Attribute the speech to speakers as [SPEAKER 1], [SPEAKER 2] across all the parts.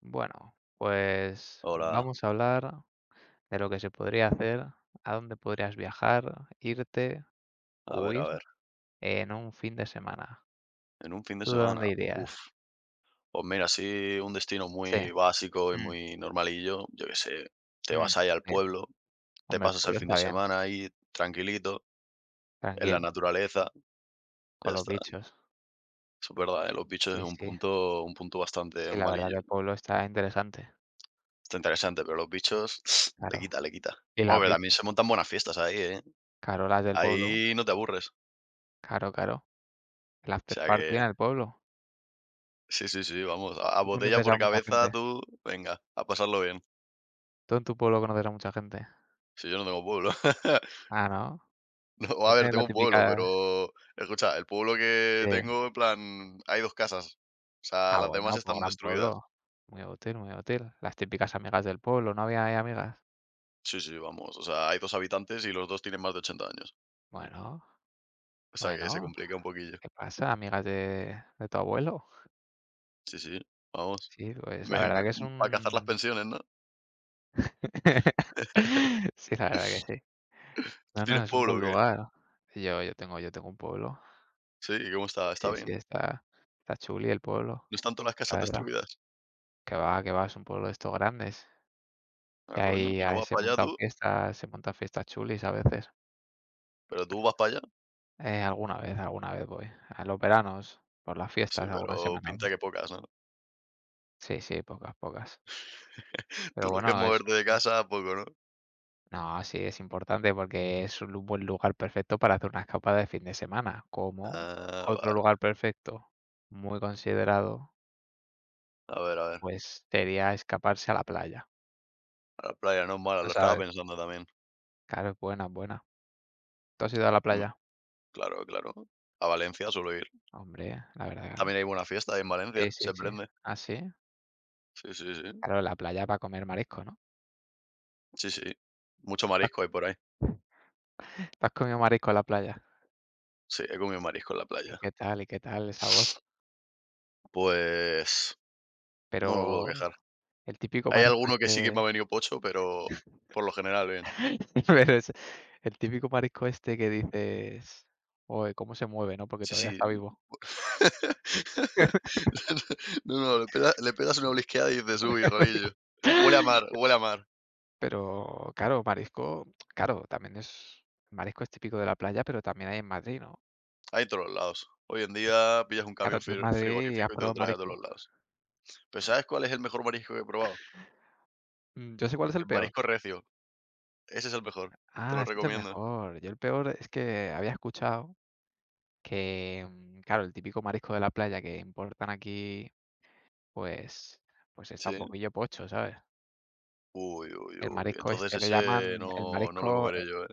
[SPEAKER 1] Bueno, pues
[SPEAKER 2] Hola,
[SPEAKER 1] vamos a hablar de lo que se podría hacer, a dónde podrías viajar, irte o
[SPEAKER 2] a
[SPEAKER 1] huir
[SPEAKER 2] ver,
[SPEAKER 1] en un fin de semana.
[SPEAKER 2] en un fin de
[SPEAKER 1] ¿Tú de
[SPEAKER 2] semana,
[SPEAKER 1] dónde
[SPEAKER 2] uf,
[SPEAKER 1] irías?
[SPEAKER 2] pues mira, así un destino
[SPEAKER 1] Sí,
[SPEAKER 2] muy básico y
[SPEAKER 1] mm,
[SPEAKER 2] muy normalillo, yo qué sé, te
[SPEAKER 1] mm,
[SPEAKER 2] vas ahí al
[SPEAKER 1] sí.
[SPEAKER 2] pueblo, te
[SPEAKER 1] Hombre, el
[SPEAKER 2] pasas el
[SPEAKER 1] pueblo
[SPEAKER 2] fin de
[SPEAKER 1] está bien,
[SPEAKER 2] semana ahí tranquilito, en la
[SPEAKER 1] tranquilo,
[SPEAKER 2] naturaleza, ya
[SPEAKER 1] con los
[SPEAKER 2] está.
[SPEAKER 1] bichos.
[SPEAKER 2] Es verdad, ¿eh? Los bichos es
[SPEAKER 1] Sí, sí,
[SPEAKER 2] un punto bastante
[SPEAKER 1] sí, la verdad
[SPEAKER 2] malillo.
[SPEAKER 1] que el pueblo está interesante,
[SPEAKER 2] Está interesante, pero los bichos le
[SPEAKER 1] claro.
[SPEAKER 2] quita, le quita.
[SPEAKER 1] Y
[SPEAKER 2] Bueno,
[SPEAKER 1] las
[SPEAKER 2] pero también
[SPEAKER 1] bichas,
[SPEAKER 2] se montan buenas fiestas ahí, ¿eh?
[SPEAKER 1] claro, las del pueblo,
[SPEAKER 2] Ahí no te aburres.
[SPEAKER 1] claro, claro. El
[SPEAKER 2] O
[SPEAKER 1] after
[SPEAKER 2] sea
[SPEAKER 1] party en
[SPEAKER 2] que,
[SPEAKER 1] el pueblo.
[SPEAKER 2] sí, sí, sí, vamos, a
[SPEAKER 1] Tú
[SPEAKER 2] botella
[SPEAKER 1] conoces
[SPEAKER 2] por
[SPEAKER 1] a mucha
[SPEAKER 2] cabeza
[SPEAKER 1] gente.
[SPEAKER 2] tú, venga, a pasarlo bien.
[SPEAKER 1] Tú en tu pueblo conoces a mucha gente.
[SPEAKER 2] Si yo no tengo pueblo.
[SPEAKER 1] Ah, ¿no?
[SPEAKER 2] No,
[SPEAKER 1] No
[SPEAKER 2] a ver,
[SPEAKER 1] tienes la
[SPEAKER 2] tengo un pueblo,
[SPEAKER 1] típica.
[SPEAKER 2] pero escucha, el pueblo que
[SPEAKER 1] Sí.
[SPEAKER 2] tengo, en plan, hay 2 casas. O sea,
[SPEAKER 1] Ah,
[SPEAKER 2] las demás
[SPEAKER 1] bueno, pues
[SPEAKER 2] están
[SPEAKER 1] gran
[SPEAKER 2] destruidas.
[SPEAKER 1] pueblo. Muy útil, muy útil. Las típicas amigas del pueblo, ¿no había ahí amigas?
[SPEAKER 2] Sí, sí, vamos, o sea, hay 2 habitantes y los 2 tienen más de 80 años.
[SPEAKER 1] Bueno,
[SPEAKER 2] O sea, que se
[SPEAKER 1] bueno,
[SPEAKER 2] complica un poquillo.
[SPEAKER 1] ¿qué pasa? Amigas de tu abuelo.
[SPEAKER 2] Sí, sí, vamos.
[SPEAKER 1] Sí, pues la verdad que es
[SPEAKER 2] Para cazar las
[SPEAKER 1] un.
[SPEAKER 2] pensiones, ¿no?
[SPEAKER 1] Sí, la verdad que sí.
[SPEAKER 2] ¿Tú
[SPEAKER 1] No, no,
[SPEAKER 2] tienes
[SPEAKER 1] es un
[SPEAKER 2] pueblo
[SPEAKER 1] buen
[SPEAKER 2] o qué?
[SPEAKER 1] lugar. Yo tengo un pueblo.
[SPEAKER 2] Sí, ¿y cómo está? ¿Está
[SPEAKER 1] Sí,
[SPEAKER 2] bien?
[SPEAKER 1] sí, está chuli el pueblo,
[SPEAKER 2] ¿No están todas las casas
[SPEAKER 1] la verdad.
[SPEAKER 2] destruidas?
[SPEAKER 1] Que va, es un pueblo de estos grandes. Y
[SPEAKER 2] Ah, coño,
[SPEAKER 1] ahí,
[SPEAKER 2] ¿y no
[SPEAKER 1] ahí
[SPEAKER 2] vas para allá tú?
[SPEAKER 1] se montan fiestas chulis a veces.
[SPEAKER 2] ¿Pero tú vas para allá?
[SPEAKER 1] Alguna vez voy. A los veranos, por las
[SPEAKER 2] Sí,
[SPEAKER 1] fiestas, alguna
[SPEAKER 2] pero
[SPEAKER 1] semana
[SPEAKER 2] pinta
[SPEAKER 1] voy.
[SPEAKER 2] que pocas, ¿no?
[SPEAKER 1] Sí, sí, pocas, pocas.
[SPEAKER 2] Tú
[SPEAKER 1] Pero
[SPEAKER 2] lo que es
[SPEAKER 1] bueno, es
[SPEAKER 2] moverte de
[SPEAKER 1] un
[SPEAKER 2] casa, poco, ¿no?
[SPEAKER 1] no, sí, es importante porque es un lu buen lugar perfecto para hacer una escapada de fin de semana, como
[SPEAKER 2] Ah,
[SPEAKER 1] otro
[SPEAKER 2] vale.
[SPEAKER 1] lugar perfecto, muy considerado,
[SPEAKER 2] A ver, a ver.
[SPEAKER 1] pues sería escaparse a la playa.
[SPEAKER 2] A la playa, no es mala,
[SPEAKER 1] ¿Lo
[SPEAKER 2] lo estaba
[SPEAKER 1] sabes?
[SPEAKER 2] pensando también.
[SPEAKER 1] Claro, es buena, es buena. ¿Tú has ido a la
[SPEAKER 2] Hombre,
[SPEAKER 1] playa?
[SPEAKER 2] claro, claro. A Valencia suelo ir.
[SPEAKER 1] Hombre, la verdad.
[SPEAKER 2] También hay buena fiesta ahí en
[SPEAKER 1] Sí,
[SPEAKER 2] Valencia,
[SPEAKER 1] sí,
[SPEAKER 2] se
[SPEAKER 1] sí.
[SPEAKER 2] prende.
[SPEAKER 1] ¿Ah, sí?
[SPEAKER 2] Sí, sí, sí.
[SPEAKER 1] Claro, la playa para comer marisco, ¿no?
[SPEAKER 2] Sí, sí. Mucho marisco hay por ahí.
[SPEAKER 1] ¿Tú has comido marisco en la playa?
[SPEAKER 2] Sí, he comido marisco en la
[SPEAKER 1] ¿Y
[SPEAKER 2] playa.
[SPEAKER 1] qué tal? ¿Y qué tal el sabor?
[SPEAKER 2] Pues no me puedo
[SPEAKER 1] Pero
[SPEAKER 2] quejar.
[SPEAKER 1] el típico
[SPEAKER 2] Hay
[SPEAKER 1] marisco
[SPEAKER 2] alguno que sí que me ha
[SPEAKER 1] este.
[SPEAKER 2] venido pocho, pero por lo general bien.
[SPEAKER 1] Pero es el típico marisco este que dices: "Oe, cómo se mueve", ¿no? Porque
[SPEAKER 2] Sí,
[SPEAKER 1] todavía
[SPEAKER 2] sí.
[SPEAKER 1] está vivo.
[SPEAKER 2] No, no, le pegas una blisqueada y dices: "Uy, rarillo". Huele a mar, huele a mar.
[SPEAKER 1] Pero claro, marisco, claro, también es el marisco es típico de la playa, pero también hay en Madrid, ¿no?
[SPEAKER 2] Hay en todos los lados. Hoy en día pillas un camión
[SPEAKER 1] Claro, tú en Madrid has
[SPEAKER 2] frigorífico y te lo
[SPEAKER 1] probado
[SPEAKER 2] traes a todos los
[SPEAKER 1] marisco.
[SPEAKER 2] lados. ¿Pero sabes cuál es el mejor marisco que he probado?
[SPEAKER 1] Yo sé cuál es
[SPEAKER 2] El
[SPEAKER 1] el peor.
[SPEAKER 2] marisco recio, ese es el mejor, te lo
[SPEAKER 1] Ah, este es el
[SPEAKER 2] recomiendo.
[SPEAKER 1] mejor. Yo el peor es que había escuchado que, claro, el típico marisco de la playa que importan aquí, pues pues está un
[SPEAKER 2] ¿Sí?
[SPEAKER 1] poquillo pocho, ¿sabes?
[SPEAKER 2] Uy, uy,
[SPEAKER 1] El
[SPEAKER 2] uy,
[SPEAKER 1] marisco
[SPEAKER 2] entonces
[SPEAKER 1] este, lo
[SPEAKER 2] ese
[SPEAKER 1] llaman el
[SPEAKER 2] no lo
[SPEAKER 1] marisco,
[SPEAKER 2] comeré yo, ¿eh?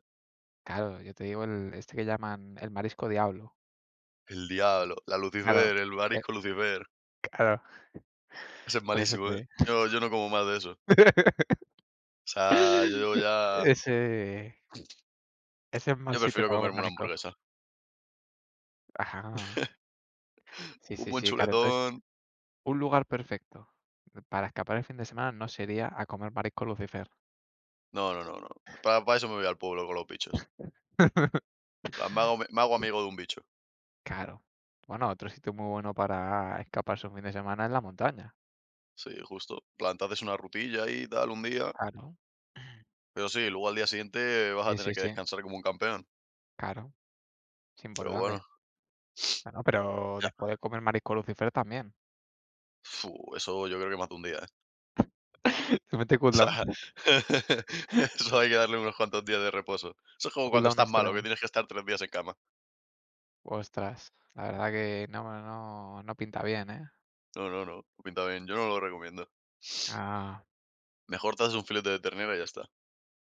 [SPEAKER 1] claro, yo te digo el este que llaman el marisco diablo,
[SPEAKER 2] El diablo, la
[SPEAKER 1] claro,
[SPEAKER 2] Lucifer, el
[SPEAKER 1] eh,
[SPEAKER 2] marisco Lucifer,
[SPEAKER 1] claro,
[SPEAKER 2] ese es
[SPEAKER 1] por eso
[SPEAKER 2] malísimo,
[SPEAKER 1] te
[SPEAKER 2] ¿eh?
[SPEAKER 1] digo.
[SPEAKER 2] Yo no como más de eso. O sea,
[SPEAKER 1] Ese ese es mal
[SPEAKER 2] yo
[SPEAKER 1] sitio
[SPEAKER 2] prefiero
[SPEAKER 1] para comer
[SPEAKER 2] comerme una
[SPEAKER 1] marisco.
[SPEAKER 2] hamburguesa.
[SPEAKER 1] Ajá, sí,
[SPEAKER 2] Un
[SPEAKER 1] sí,
[SPEAKER 2] buen
[SPEAKER 1] sí, claro, entonces,
[SPEAKER 2] chuletón
[SPEAKER 1] un lugar perfecto para escapar el fin de semana no sería a comer marisco Lucifer.
[SPEAKER 2] no, no, no, no. Para eso me voy al pueblo con los bichos. En plan, me hago amigo de un bicho.
[SPEAKER 1] Claro. Bueno, otro sitio muy bueno para escaparse un fin de semana es la montaña,
[SPEAKER 2] Sí, justo. En plan, te haces una rutilla y tal un día,
[SPEAKER 1] claro.
[SPEAKER 2] pero sí, luego al día siguiente vas a
[SPEAKER 1] Sí,
[SPEAKER 2] tener
[SPEAKER 1] sí,
[SPEAKER 2] que
[SPEAKER 1] sí,
[SPEAKER 2] descansar como un campeón,
[SPEAKER 1] claro, es
[SPEAKER 2] pero
[SPEAKER 1] importante.
[SPEAKER 2] bueno.
[SPEAKER 1] Bueno, pero después de comer marisco Lucifer también.
[SPEAKER 2] Fu, eso yo creo que más de un día, ¿eh?
[SPEAKER 1] Se mete
[SPEAKER 2] O
[SPEAKER 1] cooldown,
[SPEAKER 2] sea, eso hay que darle unos cuantos días de reposo. Eso es como cuando
[SPEAKER 1] cooldown
[SPEAKER 2] estás malo, que
[SPEAKER 1] extremo.
[SPEAKER 2] tienes que estar 3 días en cama.
[SPEAKER 1] Ostras, la verdad que no, no, no pinta bien, ¿eh?
[SPEAKER 2] No, no, no, no pinta bien, yo no lo recomiendo.
[SPEAKER 1] Ah,
[SPEAKER 2] Mejor te haces un filete de ternera y ya está.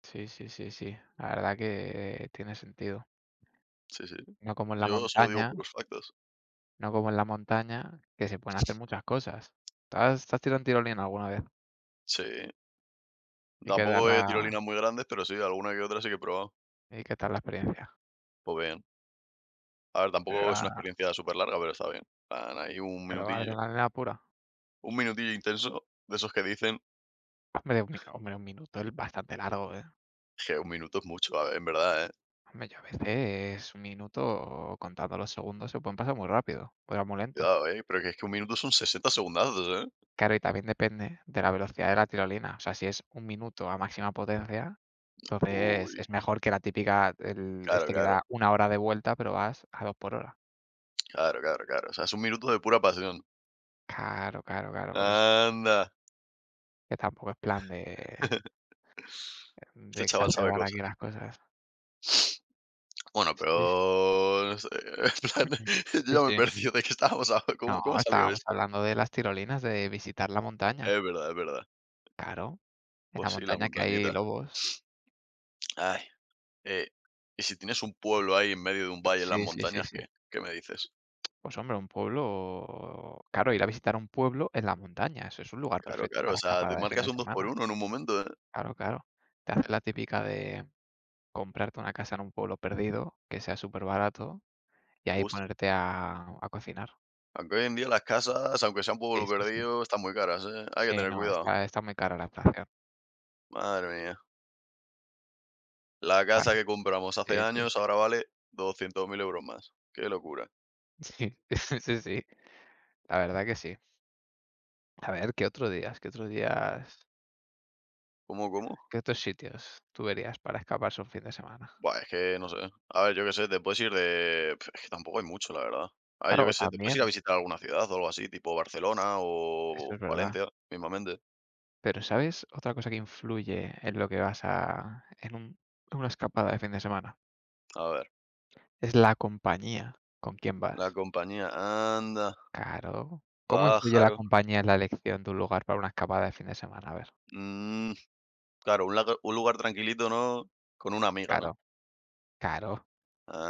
[SPEAKER 1] sí, sí, sí, sí. La verdad que tiene sentido.
[SPEAKER 2] Sí, sí,
[SPEAKER 1] No como en la
[SPEAKER 2] yo solo digo
[SPEAKER 1] montaña,
[SPEAKER 2] puros factos.
[SPEAKER 1] no como en la montaña, que se pueden hacer muchas cosas. ¿Te has tirado en tirolina alguna vez?
[SPEAKER 2] Sí,
[SPEAKER 1] ¿Y qué tal
[SPEAKER 2] tampoco, he
[SPEAKER 1] la,
[SPEAKER 2] tirolinas muy grandes, pero sí, alguna que otra sí que he probado.
[SPEAKER 1] y qué tal la experiencia?
[SPEAKER 2] Pues bien. A ver,
[SPEAKER 1] Pero
[SPEAKER 2] tampoco es una
[SPEAKER 1] era,
[SPEAKER 2] experiencia súper larga, pero está bien. Plan, ahí
[SPEAKER 1] pero adrenalina pura.
[SPEAKER 2] un minutillo intenso, de esos que dicen
[SPEAKER 1] Hombre, un minuto es bastante largo, ¿eh?
[SPEAKER 2] que un minuto es mucho, a ver, en verdad, ¿eh?
[SPEAKER 1] Hombre, yo a veces un minuto contando los segundos se pueden pasar muy rápido, o era muy lento.
[SPEAKER 2] Cuidado, ¿eh? Pero que es que un minuto son 60 segundazos, ¿eh?
[SPEAKER 1] Claro, y también depende de la velocidad de la tirolina. O sea, si es un minuto a máxima potencia,
[SPEAKER 2] Uy,
[SPEAKER 1] entonces es mejor que la típica,
[SPEAKER 2] claro,
[SPEAKER 1] este que da
[SPEAKER 2] claro,
[SPEAKER 1] una hora de vuelta, pero vas a dos por hora.
[SPEAKER 2] claro, claro, claro. O sea, son minutos de pura pasión.
[SPEAKER 1] Claro, claro, claro, por eso.
[SPEAKER 2] Anda,
[SPEAKER 1] Que tampoco es plan de, de
[SPEAKER 2] este chaval sabe
[SPEAKER 1] exacerbar aquí
[SPEAKER 2] cosas.
[SPEAKER 1] las cosas.
[SPEAKER 2] Bueno,
[SPEAKER 1] Sí, sí.
[SPEAKER 2] pero no sé, en plan, yo
[SPEAKER 1] Sí,
[SPEAKER 2] ya me he
[SPEAKER 1] sí.
[SPEAKER 2] perdido de qué estábamos habla ¿Cómo
[SPEAKER 1] No,
[SPEAKER 2] cómo ha salido
[SPEAKER 1] estábamos
[SPEAKER 2] esto?
[SPEAKER 1] hablando de las tirolinas, de visitar la montaña.
[SPEAKER 2] Es verdad, es verdad.
[SPEAKER 1] Claro, en la
[SPEAKER 2] Pues sí, la
[SPEAKER 1] montaña que hay
[SPEAKER 2] montañita.
[SPEAKER 1] lobos.
[SPEAKER 2] Ay, eh, y si tienes un pueblo ahí en medio de un valle en las
[SPEAKER 1] Sí, sí, sí,
[SPEAKER 2] montañas,
[SPEAKER 1] sí.
[SPEAKER 2] ¿qué? ¿Qué me dices?
[SPEAKER 1] Pues hombre, un pueblo claro, ir a visitar un pueblo en la montaña, eso es un lugar
[SPEAKER 2] Claro,
[SPEAKER 1] perfecto
[SPEAKER 2] claro, o
[SPEAKER 1] para
[SPEAKER 2] sea, te
[SPEAKER 1] escapada de fin
[SPEAKER 2] marcas
[SPEAKER 1] de
[SPEAKER 2] un 2 por
[SPEAKER 1] semana.
[SPEAKER 2] uno en un momento, ¿eh?
[SPEAKER 1] Claro, claro. Te haces la típica de comprarte una casa en un pueblo perdido, que sea superbarato, y ahí
[SPEAKER 2] Justo.
[SPEAKER 1] ponerte a cocinar.
[SPEAKER 2] Aunque hoy en día las casas, aunque sea un
[SPEAKER 1] Sí,
[SPEAKER 2] pueblo
[SPEAKER 1] sí, sí.
[SPEAKER 2] perdido, están muy caras, ¿eh? Hay que
[SPEAKER 1] Sí,
[SPEAKER 2] tener
[SPEAKER 1] no,
[SPEAKER 2] cuidado.
[SPEAKER 1] está muy cara la inflación.
[SPEAKER 2] Madre mía. La casa
[SPEAKER 1] Bueno,
[SPEAKER 2] que compramos
[SPEAKER 1] sí,
[SPEAKER 2] hace
[SPEAKER 1] sí, sí.
[SPEAKER 2] años ahora vale 200.000 euros más. Qué locura.
[SPEAKER 1] Sí, sí, sí, la verdad que sí. A ver, ¿qué otros días? ¿Qué otros días?
[SPEAKER 2] ¿Cómo, cómo?
[SPEAKER 1] ¿Qué otros sitios tú verías para escaparse un fin de semana?
[SPEAKER 2] Buah, es que no sé. A ver, yo qué sé, te puedes ir de. Pf, es que tampoco hay mucho, la verdad. A ver, yo
[SPEAKER 1] Claro,
[SPEAKER 2] qué
[SPEAKER 1] o
[SPEAKER 2] sé, te puedes
[SPEAKER 1] también,
[SPEAKER 2] ir a visitar alguna ciudad o algo así, tipo Barcelona
[SPEAKER 1] eso
[SPEAKER 2] o
[SPEAKER 1] es verdad.
[SPEAKER 2] Valencia, mismamente.
[SPEAKER 1] Pero, ¿sabes otra cosa que influye en lo que vas a en una escapada de fin de semana?
[SPEAKER 2] A ver,
[SPEAKER 1] Es la compañía con quién
[SPEAKER 2] la
[SPEAKER 1] vas.
[SPEAKER 2] compañía, anda,
[SPEAKER 1] Claro. ¿Cómo influye la
[SPEAKER 2] pájaro.
[SPEAKER 1] compañía en la elección de un lugar para una escapada de fin de semana? A ver.
[SPEAKER 2] Mm, claro, un lugar tranquilito, ¿no? Con una amiga, ¿no?
[SPEAKER 1] Claro, claro,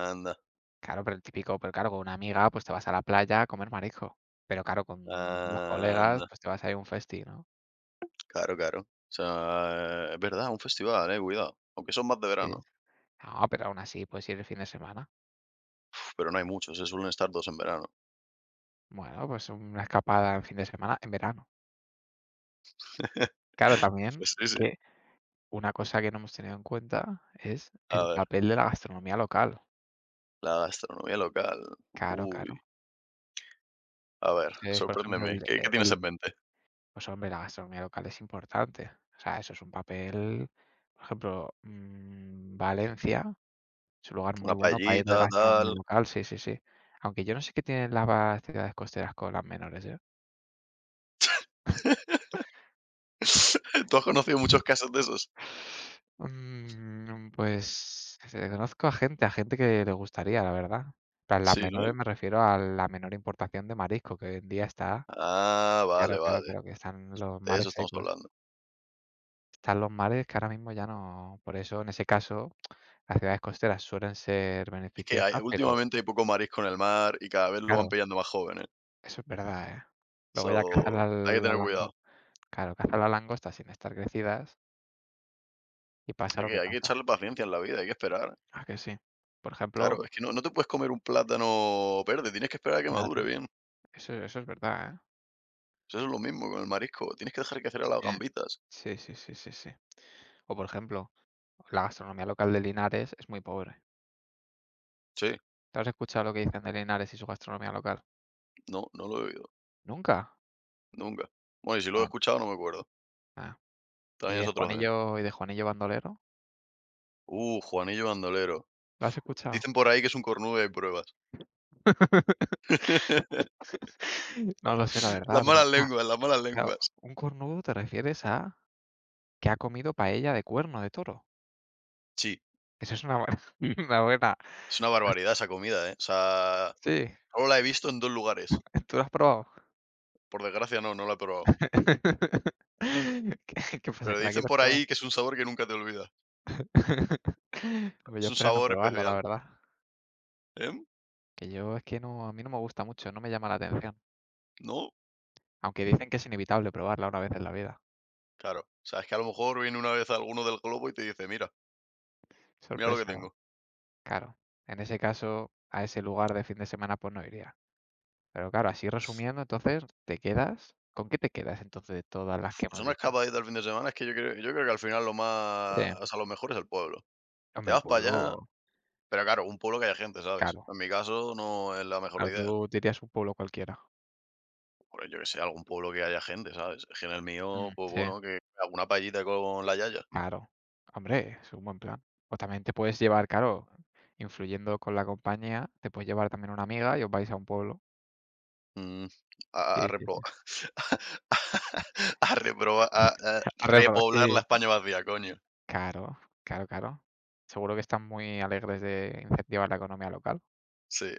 [SPEAKER 2] Anda,
[SPEAKER 1] claro, pero el típico pero claro, con una amiga, pues te vas a la playa a comer marisco. Pero claro, con los colegas,
[SPEAKER 2] anda.
[SPEAKER 1] pues te vas a ir a un festi, ¿no?
[SPEAKER 2] Claro, claro. O sea, es verdad, un festival, cuidado. Aunque son más de
[SPEAKER 1] Sí.
[SPEAKER 2] verano.
[SPEAKER 1] No, pero aún así puedes ir el fin de semana.
[SPEAKER 2] Pero no hay muchos, se suelen estar dos en verano.
[SPEAKER 1] Bueno, pues una escapada en fin de semana en verano. Claro, también.
[SPEAKER 2] Pues sí, sí.
[SPEAKER 1] Que Una cosa que no hemos tenido en cuenta es
[SPEAKER 2] A
[SPEAKER 1] el
[SPEAKER 2] ver,
[SPEAKER 1] papel de la gastronomía local.
[SPEAKER 2] la gastronomía local.
[SPEAKER 1] Claro,
[SPEAKER 2] Uy,
[SPEAKER 1] claro.
[SPEAKER 2] a ver,
[SPEAKER 1] Entonces, por ejemplo,
[SPEAKER 2] sorpréndeme, ¿qué qué tienes
[SPEAKER 1] el
[SPEAKER 2] en mente?
[SPEAKER 1] pues, hombre, la gastronomía local es importante. O sea, eso es un papel, por ejemplo, Valencia es un lugar muy
[SPEAKER 2] Una
[SPEAKER 1] bueno para ir de
[SPEAKER 2] paellita,
[SPEAKER 1] gastronomía
[SPEAKER 2] tal.
[SPEAKER 1] local, sí, sí, sí. Aunque yo no sé qué tienen las ciudades costeras con las menores, ¿eh?
[SPEAKER 2] ¿Tú has conocido muchos casos de esos?
[SPEAKER 1] Pues, conozco a gente que le gustaría, la verdad. Para las
[SPEAKER 2] Sí, ¿no?
[SPEAKER 1] menores me refiero a la menor importación de marisco, que hoy en día está.
[SPEAKER 2] Ah, vale,
[SPEAKER 1] Claro, claro,
[SPEAKER 2] vale,
[SPEAKER 1] claro, que están los
[SPEAKER 2] de eso
[SPEAKER 1] mares
[SPEAKER 2] estamos
[SPEAKER 1] secos.
[SPEAKER 2] hablando.
[SPEAKER 1] Están los mares que ahora mismo ya no por eso, en ese caso, las ciudades costeras suelen ser
[SPEAKER 2] Es que hay
[SPEAKER 1] beneficiosas, pero
[SPEAKER 2] últimamente hay poco marisco en el mar y cada vez lo van
[SPEAKER 1] claro,
[SPEAKER 2] pillando más jóvenes.
[SPEAKER 1] eso es verdad, ¿eh? Luego ya cazan,
[SPEAKER 2] So,
[SPEAKER 1] la
[SPEAKER 2] hay que tener
[SPEAKER 1] la
[SPEAKER 2] cuidado.
[SPEAKER 1] claro, cazan la langosta sin estar crecidas y pasa
[SPEAKER 2] Hay
[SPEAKER 1] lo
[SPEAKER 2] que
[SPEAKER 1] que
[SPEAKER 2] hay que
[SPEAKER 1] pasa.
[SPEAKER 2] echarle paciencia en la vida, hay que esperar.
[SPEAKER 1] Ah, ¿que sí? Por ejemplo,
[SPEAKER 2] Claro, es que no te puedes comer un plátano verde, tienes que esperar a que madure
[SPEAKER 1] claro,
[SPEAKER 2] bien.
[SPEAKER 1] eso es verdad, ¿eh?
[SPEAKER 2] Eso es lo mismo con el marisco. Tienes que dejar crecer a las
[SPEAKER 1] Sí.
[SPEAKER 2] gambitas.
[SPEAKER 1] Sí, sí, sí, sí, sí. O por ejemplo, la gastronomía local de Linares es muy pobre.
[SPEAKER 2] Sí,
[SPEAKER 1] ¿Tú has escuchado lo que dicen de Linares y su gastronomía local?
[SPEAKER 2] no, no lo he oído.
[SPEAKER 1] ¿Nunca?
[SPEAKER 2] Nunca. Bueno, y si lo he
[SPEAKER 1] Bueno,
[SPEAKER 2] escuchado, no me acuerdo.
[SPEAKER 1] ah.
[SPEAKER 2] También es otro zen.
[SPEAKER 1] Y de Juanillo Bandolero?
[SPEAKER 2] Juanillo Bandolero.
[SPEAKER 1] ¿Lo has escuchado?
[SPEAKER 2] Dicen por ahí que es un cornudo y hay pruebas.
[SPEAKER 1] No lo sé, la
[SPEAKER 2] Las
[SPEAKER 1] verdad, pero
[SPEAKER 2] malas
[SPEAKER 1] ah,
[SPEAKER 2] lenguas, las malas
[SPEAKER 1] claro,
[SPEAKER 2] lenguas.
[SPEAKER 1] un cornudo te refieres a que ha comido paella de cuerno de toro.
[SPEAKER 2] Sí,
[SPEAKER 1] Eso es una buena una buena.
[SPEAKER 2] es una barbaridad esa comida, ¿eh? O sea,
[SPEAKER 1] Sí,
[SPEAKER 2] solo la he visto en dos lugares.
[SPEAKER 1] ¿tú lo has probado?
[SPEAKER 2] Por desgracia, no, no la he probado.
[SPEAKER 1] ¿Qué pasa,
[SPEAKER 2] Pero
[SPEAKER 1] que la
[SPEAKER 2] dicen
[SPEAKER 1] quieres
[SPEAKER 2] por
[SPEAKER 1] probar?
[SPEAKER 2] ahí que es un sabor que nunca te olvidas.
[SPEAKER 1] Pues yo
[SPEAKER 2] Es un
[SPEAKER 1] espero no
[SPEAKER 2] sabor
[SPEAKER 1] probarla, la
[SPEAKER 2] especial.
[SPEAKER 1] verdad,
[SPEAKER 2] ¿Eh?
[SPEAKER 1] que yo es que no, a mí no me gusta mucho, no me llama la atención,
[SPEAKER 2] ¿No?
[SPEAKER 1] aunque dicen que es inevitable probarla una vez en la vida.
[SPEAKER 2] Claro. O sea, es que a lo mejor viene una vez alguno del globo y te dice, mira, mira lo que
[SPEAKER 1] Sorpresa, ¿no?
[SPEAKER 2] tengo.
[SPEAKER 1] Claro, en ese caso, a ese lugar de fin de semana, pues no iría. Pero claro, así resumiendo, entonces, ¿te quedas? ¿Con qué te quedas entonces de todas las que
[SPEAKER 2] Pues
[SPEAKER 1] hemos
[SPEAKER 2] una
[SPEAKER 1] dicho?
[SPEAKER 2] escapadita el fin de semana es que yo creo, que al final lo
[SPEAKER 1] Sí.
[SPEAKER 2] más, o sea, lo mejor es el pueblo. Te
[SPEAKER 1] Hombre, el
[SPEAKER 2] vas para allá,
[SPEAKER 1] pueblo,
[SPEAKER 2] pero claro, un pueblo que haya gente, ¿sabes?
[SPEAKER 1] claro.
[SPEAKER 2] En mi caso no es la mejor
[SPEAKER 1] Claro,
[SPEAKER 2] idea.
[SPEAKER 1] tú te un pueblo cualquiera.
[SPEAKER 2] Por yo que sé, algún pueblo que haya gente, ¿sabes? Es que en el mío,
[SPEAKER 1] Mm,
[SPEAKER 2] pues
[SPEAKER 1] sí.
[SPEAKER 2] bueno, que alguna paellita con la yaya.
[SPEAKER 1] Claro. Hombre, es un buen plan. O también te puedes llevar, claro, influyendo con la compañía, te puedes llevar también una amiga y os vais a un pueblo.
[SPEAKER 2] Mm, a, a
[SPEAKER 1] Sí, sí, sí.
[SPEAKER 2] repro- a reproba- a- a
[SPEAKER 1] A reparar, sí,
[SPEAKER 2] repoblar la
[SPEAKER 1] sí.
[SPEAKER 2] España vacía, coño.
[SPEAKER 1] Claro, claro, claro. Seguro que están muy alegres de incentivar la economía local.
[SPEAKER 2] Sí,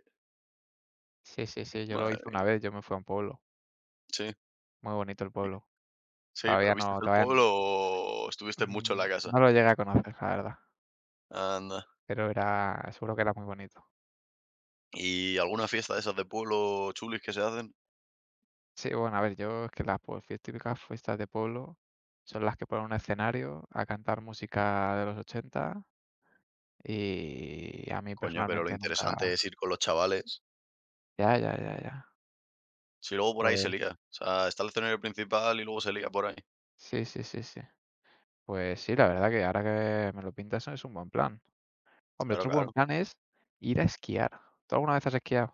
[SPEAKER 1] Sí, sí, sí, yo lo
[SPEAKER 2] madre
[SPEAKER 1] hice una
[SPEAKER 2] mía.
[SPEAKER 1] vez, yo me fui a un pueblo,
[SPEAKER 2] Sí,
[SPEAKER 1] muy bonito el pueblo.
[SPEAKER 2] sí,
[SPEAKER 1] Todavía
[SPEAKER 2] pero ¿viste
[SPEAKER 1] no,
[SPEAKER 2] el pueblo o estuviste mucho en la casa?
[SPEAKER 1] no lo llegué a conocer, la verdad,
[SPEAKER 2] Anda.
[SPEAKER 1] pero era seguro que era muy bonito.
[SPEAKER 2] ¿Y alguna fiesta de esas de pueblo chulis que se hacen?
[SPEAKER 1] Sí, bueno, a ver, yo es que las pues fie típicas fiestas de pueblo son las que ponen un escenario a cantar música de los 80 y a mí
[SPEAKER 2] Coño, pero lo
[SPEAKER 1] personalmente nunca
[SPEAKER 2] interesante es ir con los chavales.
[SPEAKER 1] ya, ya, ya, ya.
[SPEAKER 2] Si luego por ahí se
[SPEAKER 1] Pues
[SPEAKER 2] lía. O sea, está el escenario principal y luego se lía por ahí.
[SPEAKER 1] sí, sí, sí, sí. Pues sí, la verdad que ahora que me lo pintas es un buen plan. Hombre,
[SPEAKER 2] Claro,
[SPEAKER 1] otro buen
[SPEAKER 2] claro.
[SPEAKER 1] plan es ir a esquiar. ¿Tú alguna vez has esquiado?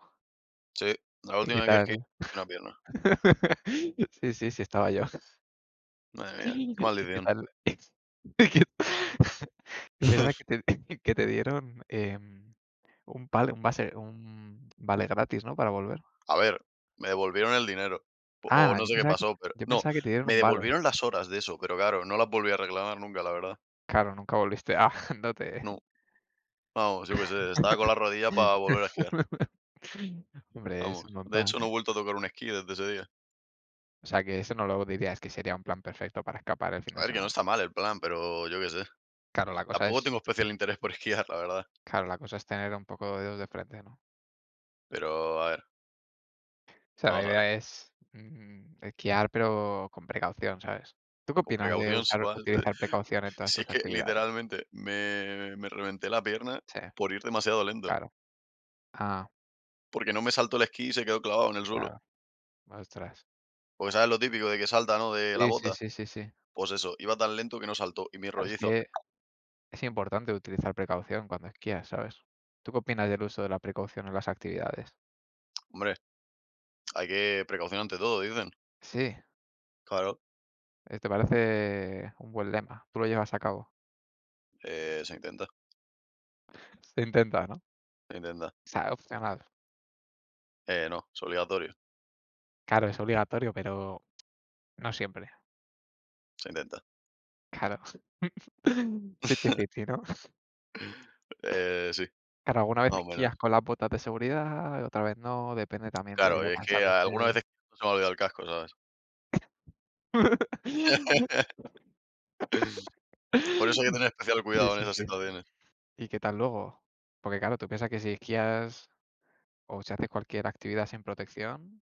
[SPEAKER 2] Sí, la
[SPEAKER 1] ¿Y
[SPEAKER 2] última
[SPEAKER 1] qué
[SPEAKER 2] vez que esquié
[SPEAKER 1] tal?
[SPEAKER 2] rompí una pierna.
[SPEAKER 1] Sí, sí, sí, estaba yo.
[SPEAKER 2] Madre mía, qué
[SPEAKER 1] ¿Y qué
[SPEAKER 2] maldición.
[SPEAKER 1] tal? ¿Es verdad que te que te dieron, un pal un base un vale gratis, no, para volver?
[SPEAKER 2] A ver, me devolvieron el dinero. Po o
[SPEAKER 1] Ah,
[SPEAKER 2] no
[SPEAKER 1] yo
[SPEAKER 2] sé qué
[SPEAKER 1] pensaba que
[SPEAKER 2] pasó, pero
[SPEAKER 1] yo
[SPEAKER 2] no,
[SPEAKER 1] pensaba que te dieron
[SPEAKER 2] me
[SPEAKER 1] un vale.
[SPEAKER 2] devolvieron las horas de eso, pero claro, no las volví a reclamar nunca, la verdad.
[SPEAKER 1] Claro, nunca volviste. Ah, no te
[SPEAKER 2] No, vamos, yo qué sé, estaba con la rodilla para volver a esquiar.
[SPEAKER 1] Hombre, es
[SPEAKER 2] Vamos.
[SPEAKER 1] un buen
[SPEAKER 2] De
[SPEAKER 1] plan.
[SPEAKER 2] hecho, no he vuelto a tocar un esquí desde ese día.
[SPEAKER 1] O sea, que eso no lo dirías que sería un plan perfecto para escapar el fin
[SPEAKER 2] A
[SPEAKER 1] de
[SPEAKER 2] ver, que no
[SPEAKER 1] semana.
[SPEAKER 2] está mal el plan, pero yo qué sé.
[SPEAKER 1] Claro, la cosa
[SPEAKER 2] Tampoco
[SPEAKER 1] es
[SPEAKER 2] tengo especial interés por esquiar, la verdad.
[SPEAKER 1] claro, la cosa es tener un poco de dedos de frente, ¿no?
[SPEAKER 2] Pero, a ver,
[SPEAKER 1] O sea, la
[SPEAKER 2] vamos a ver.
[SPEAKER 1] idea es, esquiar, pero con precaución, ¿sabes? ¿Tú qué
[SPEAKER 2] Con
[SPEAKER 1] opinas de
[SPEAKER 2] precaución,
[SPEAKER 1] usar utilizar precaución en todas
[SPEAKER 2] si es
[SPEAKER 1] tus
[SPEAKER 2] que
[SPEAKER 1] actividades?
[SPEAKER 2] literalmente me reventé la pierna
[SPEAKER 1] Sí,
[SPEAKER 2] por ir demasiado lento,
[SPEAKER 1] claro. Ah,
[SPEAKER 2] porque no me saltó el esquí y se quedó clavado en el suelo.
[SPEAKER 1] claro. Ostras.
[SPEAKER 2] Porque, ¿sabes lo típico de que salta, no?, de la
[SPEAKER 1] Sí, sí,
[SPEAKER 2] bota.
[SPEAKER 1] sí, sí, sí.
[SPEAKER 2] Pues eso, iba tan lento que no saltó y mi
[SPEAKER 1] Claro, es
[SPEAKER 2] rollizo.
[SPEAKER 1] que es importante utilizar precaución cuando esquías, ¿sabes? ¿Tú qué opinas del uso de la precaución en las actividades?
[SPEAKER 2] Hombre, hay que precaución ante todo, dicen.
[SPEAKER 1] Sí,
[SPEAKER 2] Claro,
[SPEAKER 1] te parece un buen lema. Tú lo llevas a cabo.
[SPEAKER 2] se intenta,
[SPEAKER 1] Se intenta, ¿no?
[SPEAKER 2] se intenta.
[SPEAKER 1] O sea, opcional.
[SPEAKER 2] No, es obligatorio,
[SPEAKER 1] Claro, es obligatorio, pero no siempre.
[SPEAKER 2] se intenta.
[SPEAKER 1] Claro. Fifty fifty, ¿no?
[SPEAKER 2] Sí,
[SPEAKER 1] Claro, alguna vez
[SPEAKER 2] más o menos.
[SPEAKER 1] esquías con las botas de seguridad y otra vez no, depende también de
[SPEAKER 2] Claro,
[SPEAKER 1] lo
[SPEAKER 2] es que
[SPEAKER 1] cansado que
[SPEAKER 2] algunas
[SPEAKER 1] estés.
[SPEAKER 2] veces se me ha olvidado el casco, ¿sabes? Por eso hay que tener especial
[SPEAKER 1] Sí,
[SPEAKER 2] cuidado en
[SPEAKER 1] sí,
[SPEAKER 2] esas
[SPEAKER 1] sí.
[SPEAKER 2] situaciones.
[SPEAKER 1] ¿Y qué tal luego? Porque claro, tú piensas que si esquías o si haces cualquier actividad sin protección,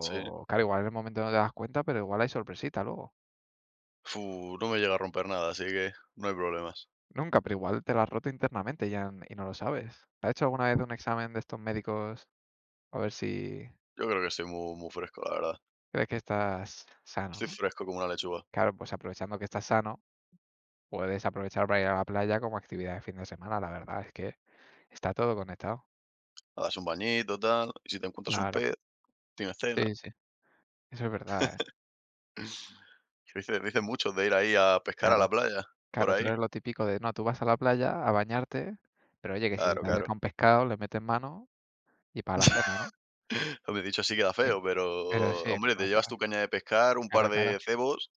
[SPEAKER 2] Sí.
[SPEAKER 1] claro, igual en el momento no te das cuenta, pero igual hay sorpresita luego.
[SPEAKER 2] Fu, no me llega a romper nada, así que no hay problemas.
[SPEAKER 1] Nunca, pero igual te la has roto internamente ya y no lo sabes. ¿Has hecho alguna vez un examen de estos médicos a ver si
[SPEAKER 2] Yo creo que estoy muy, muy fresco, la verdad.
[SPEAKER 1] crees que estás sano,
[SPEAKER 2] Estoy
[SPEAKER 1] no?
[SPEAKER 2] fresco como una lechuga.
[SPEAKER 1] Claro, pues aprovechando que estás sano, puedes aprovechar para ir a la playa como actividad de fin de semana, la verdad, es que está todo conectado.
[SPEAKER 2] Le das un bañito, tal, y si te encuentras un
[SPEAKER 1] Claro,
[SPEAKER 2] pez, tienes cena.
[SPEAKER 1] sí, sí, eso es verdad, ¿eh?
[SPEAKER 2] Dicen muchos de ir ahí a pescar a la
[SPEAKER 1] Claro,
[SPEAKER 2] playa, por
[SPEAKER 1] claro, tú
[SPEAKER 2] ahí.
[SPEAKER 1] eres lo típico de, no, tú vas a la playa a bañarte, pero oye, que si
[SPEAKER 2] Claro,
[SPEAKER 1] te
[SPEAKER 2] claro.
[SPEAKER 1] acerca un pescado, le metes mano y para la cena, ¿no?
[SPEAKER 2] Me dicho así queda
[SPEAKER 1] Y
[SPEAKER 2] feo, pero
[SPEAKER 1] eso sí,
[SPEAKER 2] hombre,
[SPEAKER 1] no,
[SPEAKER 2] te
[SPEAKER 1] no,
[SPEAKER 2] llevas
[SPEAKER 1] claro,
[SPEAKER 2] tu caña de pescar, un par
[SPEAKER 1] claro, claro.
[SPEAKER 2] de cebos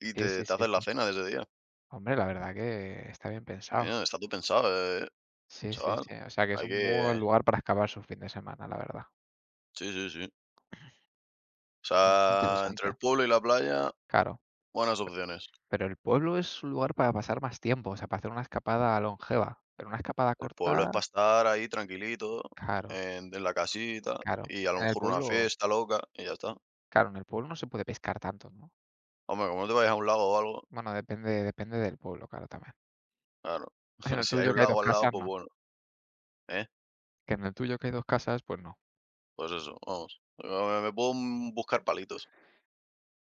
[SPEAKER 2] y
[SPEAKER 1] Sí,
[SPEAKER 2] te,
[SPEAKER 1] sí,
[SPEAKER 2] te
[SPEAKER 1] sí,
[SPEAKER 2] haces la
[SPEAKER 1] sí.
[SPEAKER 2] cena de ese día.
[SPEAKER 1] Hombre, la verdad que está bien pensado.
[SPEAKER 2] Mira, está tú pensado, eh,
[SPEAKER 1] Sí, sí,
[SPEAKER 2] chaval.
[SPEAKER 1] sí, o sea, que es
[SPEAKER 2] Hay
[SPEAKER 1] un muy buen
[SPEAKER 2] que.
[SPEAKER 1] lugar para excavar su fin de semana, la verdad.
[SPEAKER 2] Sí, sí, sí. O sea, entre el
[SPEAKER 1] Interesante,
[SPEAKER 2] pueblo y la playa,
[SPEAKER 1] claro.
[SPEAKER 2] buenas opciones.
[SPEAKER 1] Pero el pueblo es un lugar para pasar más tiempo, o sea, para hacer una escapada longeva, pero una escapada
[SPEAKER 2] El pueblo es para
[SPEAKER 1] corta,
[SPEAKER 2] estar ahí tranquilito,
[SPEAKER 1] claro,
[SPEAKER 2] en la casita,
[SPEAKER 1] claro.
[SPEAKER 2] y a lo
[SPEAKER 1] En el
[SPEAKER 2] mejor una
[SPEAKER 1] pueblo,
[SPEAKER 2] fiesta loca y ya está.
[SPEAKER 1] claro, en el pueblo no se puede pescar tanto, ¿no?
[SPEAKER 2] Hombre, como no te vayas a un lago o algo,
[SPEAKER 1] Bueno, depende del pueblo, claro, también.
[SPEAKER 2] claro.
[SPEAKER 1] En el
[SPEAKER 2] Si hay
[SPEAKER 1] tuyo
[SPEAKER 2] un
[SPEAKER 1] que hay
[SPEAKER 2] lago
[SPEAKER 1] 2
[SPEAKER 2] al lado,
[SPEAKER 1] casas,
[SPEAKER 2] pues
[SPEAKER 1] no.
[SPEAKER 2] bueno, ¿eh?
[SPEAKER 1] Que en el tuyo que hay 2 casas, pues no.
[SPEAKER 2] Pues eso, vamos. Me puedo, buscar palitos.